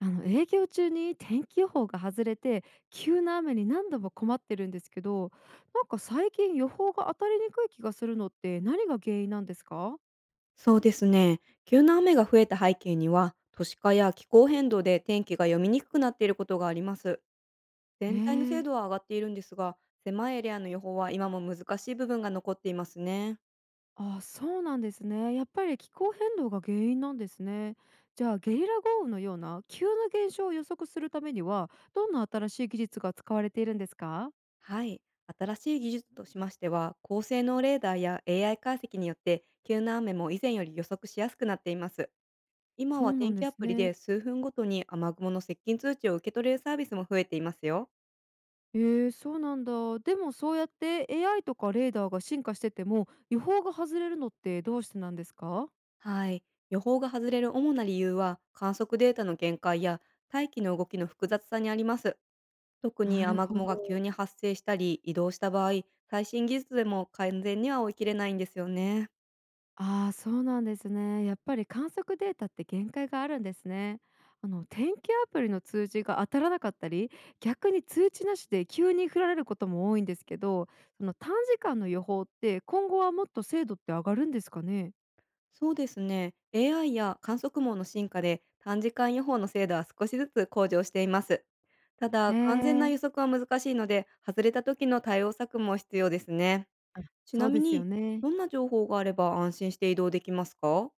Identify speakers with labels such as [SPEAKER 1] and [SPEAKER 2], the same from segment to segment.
[SPEAKER 1] 営業中に天気予報が外れて急な雨に何度も困ってるんですけどなんか最近予報が当たりにくい気がするのって何が原因なんですか？
[SPEAKER 2] そうですね。急な雨が増えた背景には、都市化や気候変動で天気が読みにくくなっていることがあります。
[SPEAKER 1] え
[SPEAKER 2] 全体の精
[SPEAKER 1] ー、
[SPEAKER 2] 度は上がっているんですが、狭いエリアの予報は今も難しい部分が残っていますね。
[SPEAKER 1] あ、そうなんですね。やっぱり気候変動が原因なんですね。じゃあゲリラ豪雨のような急な現象を予測するためにはどんな新しい技術が使われているんですか？
[SPEAKER 2] はい。新しい技術としましては、高性能レーダーや AI 解析によって、急な雨も以前より予測しやすくなっています。今
[SPEAKER 1] そ
[SPEAKER 2] は
[SPEAKER 1] うなん
[SPEAKER 2] 天
[SPEAKER 1] で
[SPEAKER 2] 気ア
[SPEAKER 1] す
[SPEAKER 2] プリ
[SPEAKER 1] ね。
[SPEAKER 2] で数分ごとに雨雲の接近通知を受け取れるサービスも増えていますよ。
[SPEAKER 1] えそうなんだ。でもそうやって AI とかレーダーが進化してても予報が外れるのってどうしてなんですか？
[SPEAKER 2] はい。予報が外れる主な理由は、観測データの限界や大気の動きの複雑さにあります。特
[SPEAKER 1] な
[SPEAKER 2] に
[SPEAKER 1] る
[SPEAKER 2] 雨
[SPEAKER 1] ほ
[SPEAKER 2] 雲が急
[SPEAKER 1] ど。
[SPEAKER 2] に発生したり移動した場合、最新技術でも完全には追い切れないんですよね。
[SPEAKER 1] ああ、そうなんですね。やっぱり観測データって限界があるんですね。天気アプリの通知が当たらなかったり、逆に通知なしで急に降られることも多いんですけど、その短時間の予報って今後はもっと精度って上がるんですかね。
[SPEAKER 2] そうですね。AI や観測網の進化で短時間予報の精度は少しずつ向上しています。ただ、
[SPEAKER 1] え
[SPEAKER 2] 完全な
[SPEAKER 1] え、
[SPEAKER 2] 予測は難しいので、外れた時の対応策も必要ですね。ち
[SPEAKER 1] そ
[SPEAKER 2] な
[SPEAKER 1] う
[SPEAKER 2] み
[SPEAKER 1] ですよ
[SPEAKER 2] に、
[SPEAKER 1] ね。
[SPEAKER 2] どんな情報があれば安心して移動できますか？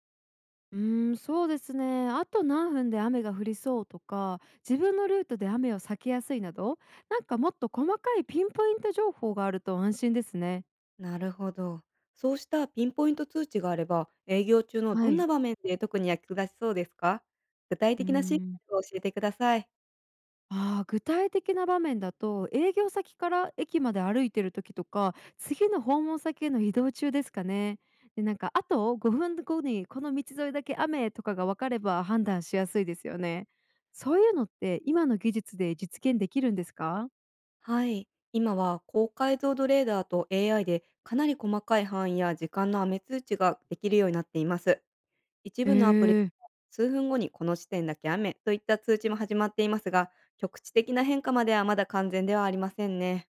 [SPEAKER 1] うーん、そうですね。あと何分で雨が降りそうとか、自分のルートで雨を避けやすいなど、なんかもっと細かいピンポイント情報があると安心ですね。
[SPEAKER 2] なるほど。そうしたピンポイント通知があれば、営業中のど
[SPEAKER 1] は
[SPEAKER 2] ん
[SPEAKER 1] い。
[SPEAKER 2] な場面で特に役立ちそうですか？具体
[SPEAKER 1] うー
[SPEAKER 2] 的なシー
[SPEAKER 1] ん。
[SPEAKER 2] ンを教えてください。
[SPEAKER 1] ああ、具体的な場面だと、営業先から駅まで歩いてる時とか、次の訪問先への移動中ですかね。で、なんか、あと5分後にこの道沿いだけ雨とかが分かれば判断しやすいですよね。そういうのって今の技術で実現できるんですか？
[SPEAKER 2] はい。今は高解像度レーダーと AI でかなり細かい範囲や時間の雨通知ができるようになっています。一部のアプリ、
[SPEAKER 1] ええ。
[SPEAKER 2] 数分後にこの時点だけ雨といった通知も始まっていますが、局地的な変化まではまだ完全ではありませんね。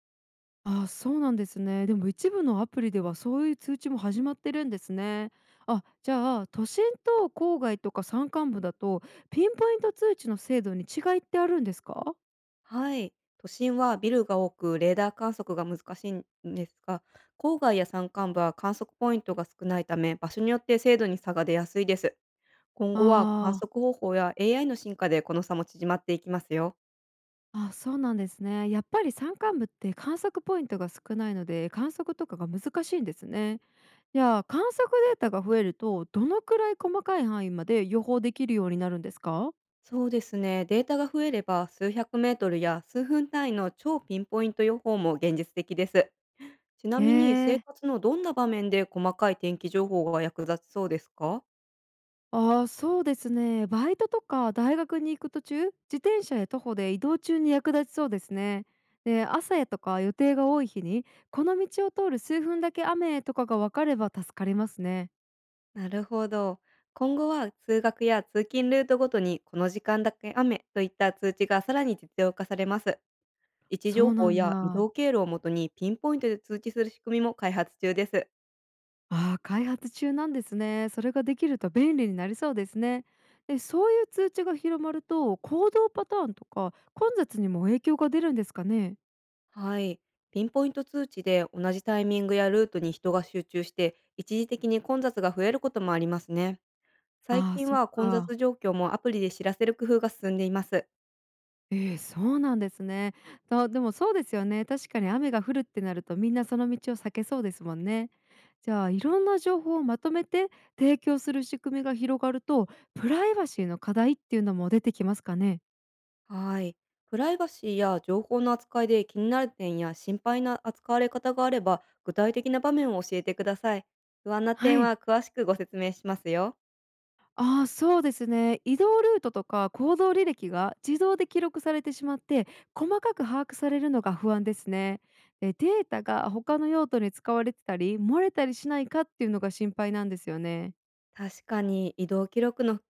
[SPEAKER 1] ああ、そうなんですね。でも一部のアプリではそういう通知も始まってるんですね。あ、じゃあ都心と郊外とか山間部だとピンポイント通知の精度に違いってあるんですか？
[SPEAKER 2] はい。都心はビルが多く、レーダー観測が難しいんですが、郊外や山間部は観測ポイントが少ないため、場所によって精度に差が出やすいです。今後は観
[SPEAKER 1] あ
[SPEAKER 2] 測方法や AI の進化でこの差も縮まっていきますよ。
[SPEAKER 1] あ、あ、そうなんですね。やっぱり山間部って観測ポイントが少ないので、観測とかが難しいんですね。じゃあ観測データが増えると、どのくらい細かい範囲まで予報できるようになるんですか？
[SPEAKER 2] そうですね。データが増えれば、数百メートルや数分単位の超ピンポイント予報も現実的です。ちな
[SPEAKER 1] え
[SPEAKER 2] みに、生
[SPEAKER 1] え。
[SPEAKER 2] 活のどんな場面で細かい天気情報が役立ちそうですか？
[SPEAKER 1] ああ、そうですね。バイトとか大学に行く途中、自転車や徒歩で移動中に役立ちそうですね。で、朝やとか予定が多い日に、この道を通る数分だけ雨とかが分かれば助かりますね。
[SPEAKER 2] なるほど。今後は通学や通勤ルートごとにこの時間だけ雨といった通知がさらに実用化されます。位置
[SPEAKER 1] そ
[SPEAKER 2] 情
[SPEAKER 1] う
[SPEAKER 2] 報
[SPEAKER 1] なん
[SPEAKER 2] や移
[SPEAKER 1] だ。
[SPEAKER 2] 動経路をもとにピンポイントで通知する仕組みも開発中です。
[SPEAKER 1] ああ、開発中なんですね。それができると便利になりそうですね。で、そういう通知が広まると、行動パターンとか混雑にも影響が出るんですかね。
[SPEAKER 2] はい。ピンポイント通知で同じタイミングやルートに人が集中して一時的に混雑が増えることもありますね。最
[SPEAKER 1] ああ、
[SPEAKER 2] 近
[SPEAKER 1] そっ
[SPEAKER 2] は混
[SPEAKER 1] か。
[SPEAKER 2] 雑状況もアプリで知らせる工夫が進んでいます。
[SPEAKER 1] ええ、そうなんですね。でもそうですよね。確かに雨が降るってなると、みんなその道を避けそうですもんね。じゃあ、いろんな情報をまとめて提供する仕組みが広がると、プライバシーの課題っていうのも出てきますかね？
[SPEAKER 2] はい。プライバシーや情報の扱いで気になる点や心配な扱われ方があれば、具体的な場面を教えてください。不安な
[SPEAKER 1] は
[SPEAKER 2] 点
[SPEAKER 1] い。
[SPEAKER 2] は詳しくご説明しますよ。
[SPEAKER 1] ああ、そうですね。移動ルートとか行動履歴が自動で記録されてしまって、細かく把握されるのが不安ですね。でデータが他の用途に使われてたり、漏れたりしないかっていうのが心配なんですよね。
[SPEAKER 2] 確かに移動記録の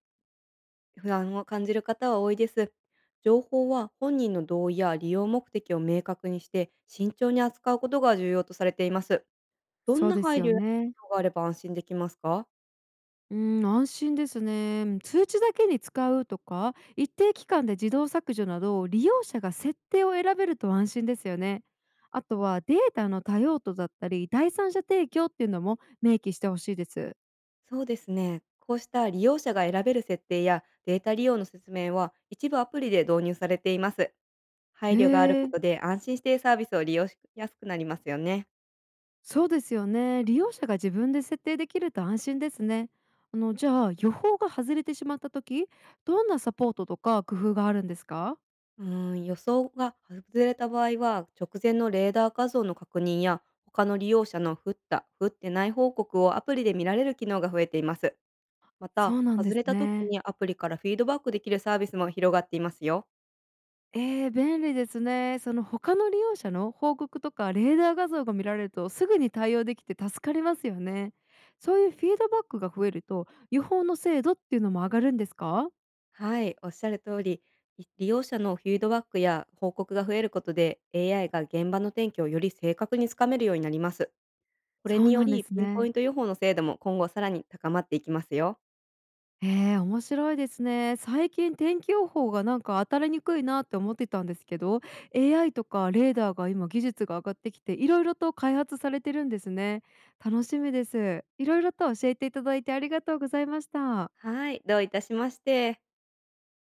[SPEAKER 2] 不安を感じる方は多いです。情報は本人の同意や利用目的を明確にして慎重に扱うことが重要とされています。ど
[SPEAKER 1] そ
[SPEAKER 2] ん
[SPEAKER 1] う
[SPEAKER 2] な
[SPEAKER 1] です
[SPEAKER 2] 配
[SPEAKER 1] よ
[SPEAKER 2] 慮や
[SPEAKER 1] ね。
[SPEAKER 2] ことがあれば安心できますか？
[SPEAKER 1] うん、安心ですね。通知だけに使うとか、一定期間で自動削除など、利用者が設定を選べると安心ですよね。あとはデータの多用途だったり、第三者提供っていうのも明記してほしいです。
[SPEAKER 2] そうですね。こうした利用者が選べる設定やデータ利用の説明は一部アプリで導入されています。
[SPEAKER 1] へ
[SPEAKER 2] 配慮があるこ
[SPEAKER 1] え、
[SPEAKER 2] とで安心してサービスを利用しやすくなりますよね。
[SPEAKER 1] そうですよね。利用者が自分で設定できると安心ですね。じゃあ予報が外れてしまった時、どんなサポートとか工夫があるんですか？
[SPEAKER 2] うーん、予想が外れた場合は直前のレーダー画像の確認や他の利用者の降った、降ってない報告をアプリで見られる機能が増えています。ま
[SPEAKER 1] そ
[SPEAKER 2] た、
[SPEAKER 1] うなんで
[SPEAKER 2] 外
[SPEAKER 1] す
[SPEAKER 2] れた時
[SPEAKER 1] ね。
[SPEAKER 2] にアプリからフィードバックできるサービスも広がっていますよ。
[SPEAKER 1] 便利ですね。その他の利用者の報告とかレーダー画像が見られるとすぐに対応できて助かりますよね。そういうフィードバックが増えると予報の精度っていうのも上がるんですか？
[SPEAKER 2] はい、おっしゃる通り、利用者のフィードバックや報告が増えることで、AI が現場の天気をより正確につかめるようになります。これ
[SPEAKER 1] そう
[SPEAKER 2] によ
[SPEAKER 1] なんで
[SPEAKER 2] り、
[SPEAKER 1] す
[SPEAKER 2] ピンポイ
[SPEAKER 1] ね。
[SPEAKER 2] ント予報の精度も今後さらに高まっていきますよ。
[SPEAKER 1] 面白いですね。最近天気予報がなんか当たりにくいなって思ってたんですけど AI とかレーダーが今技術が上がってきていろいろと開発されてるんですね。楽しみです。いろいろと教えていただいてありがとうございました。
[SPEAKER 2] はい、どういたしまして。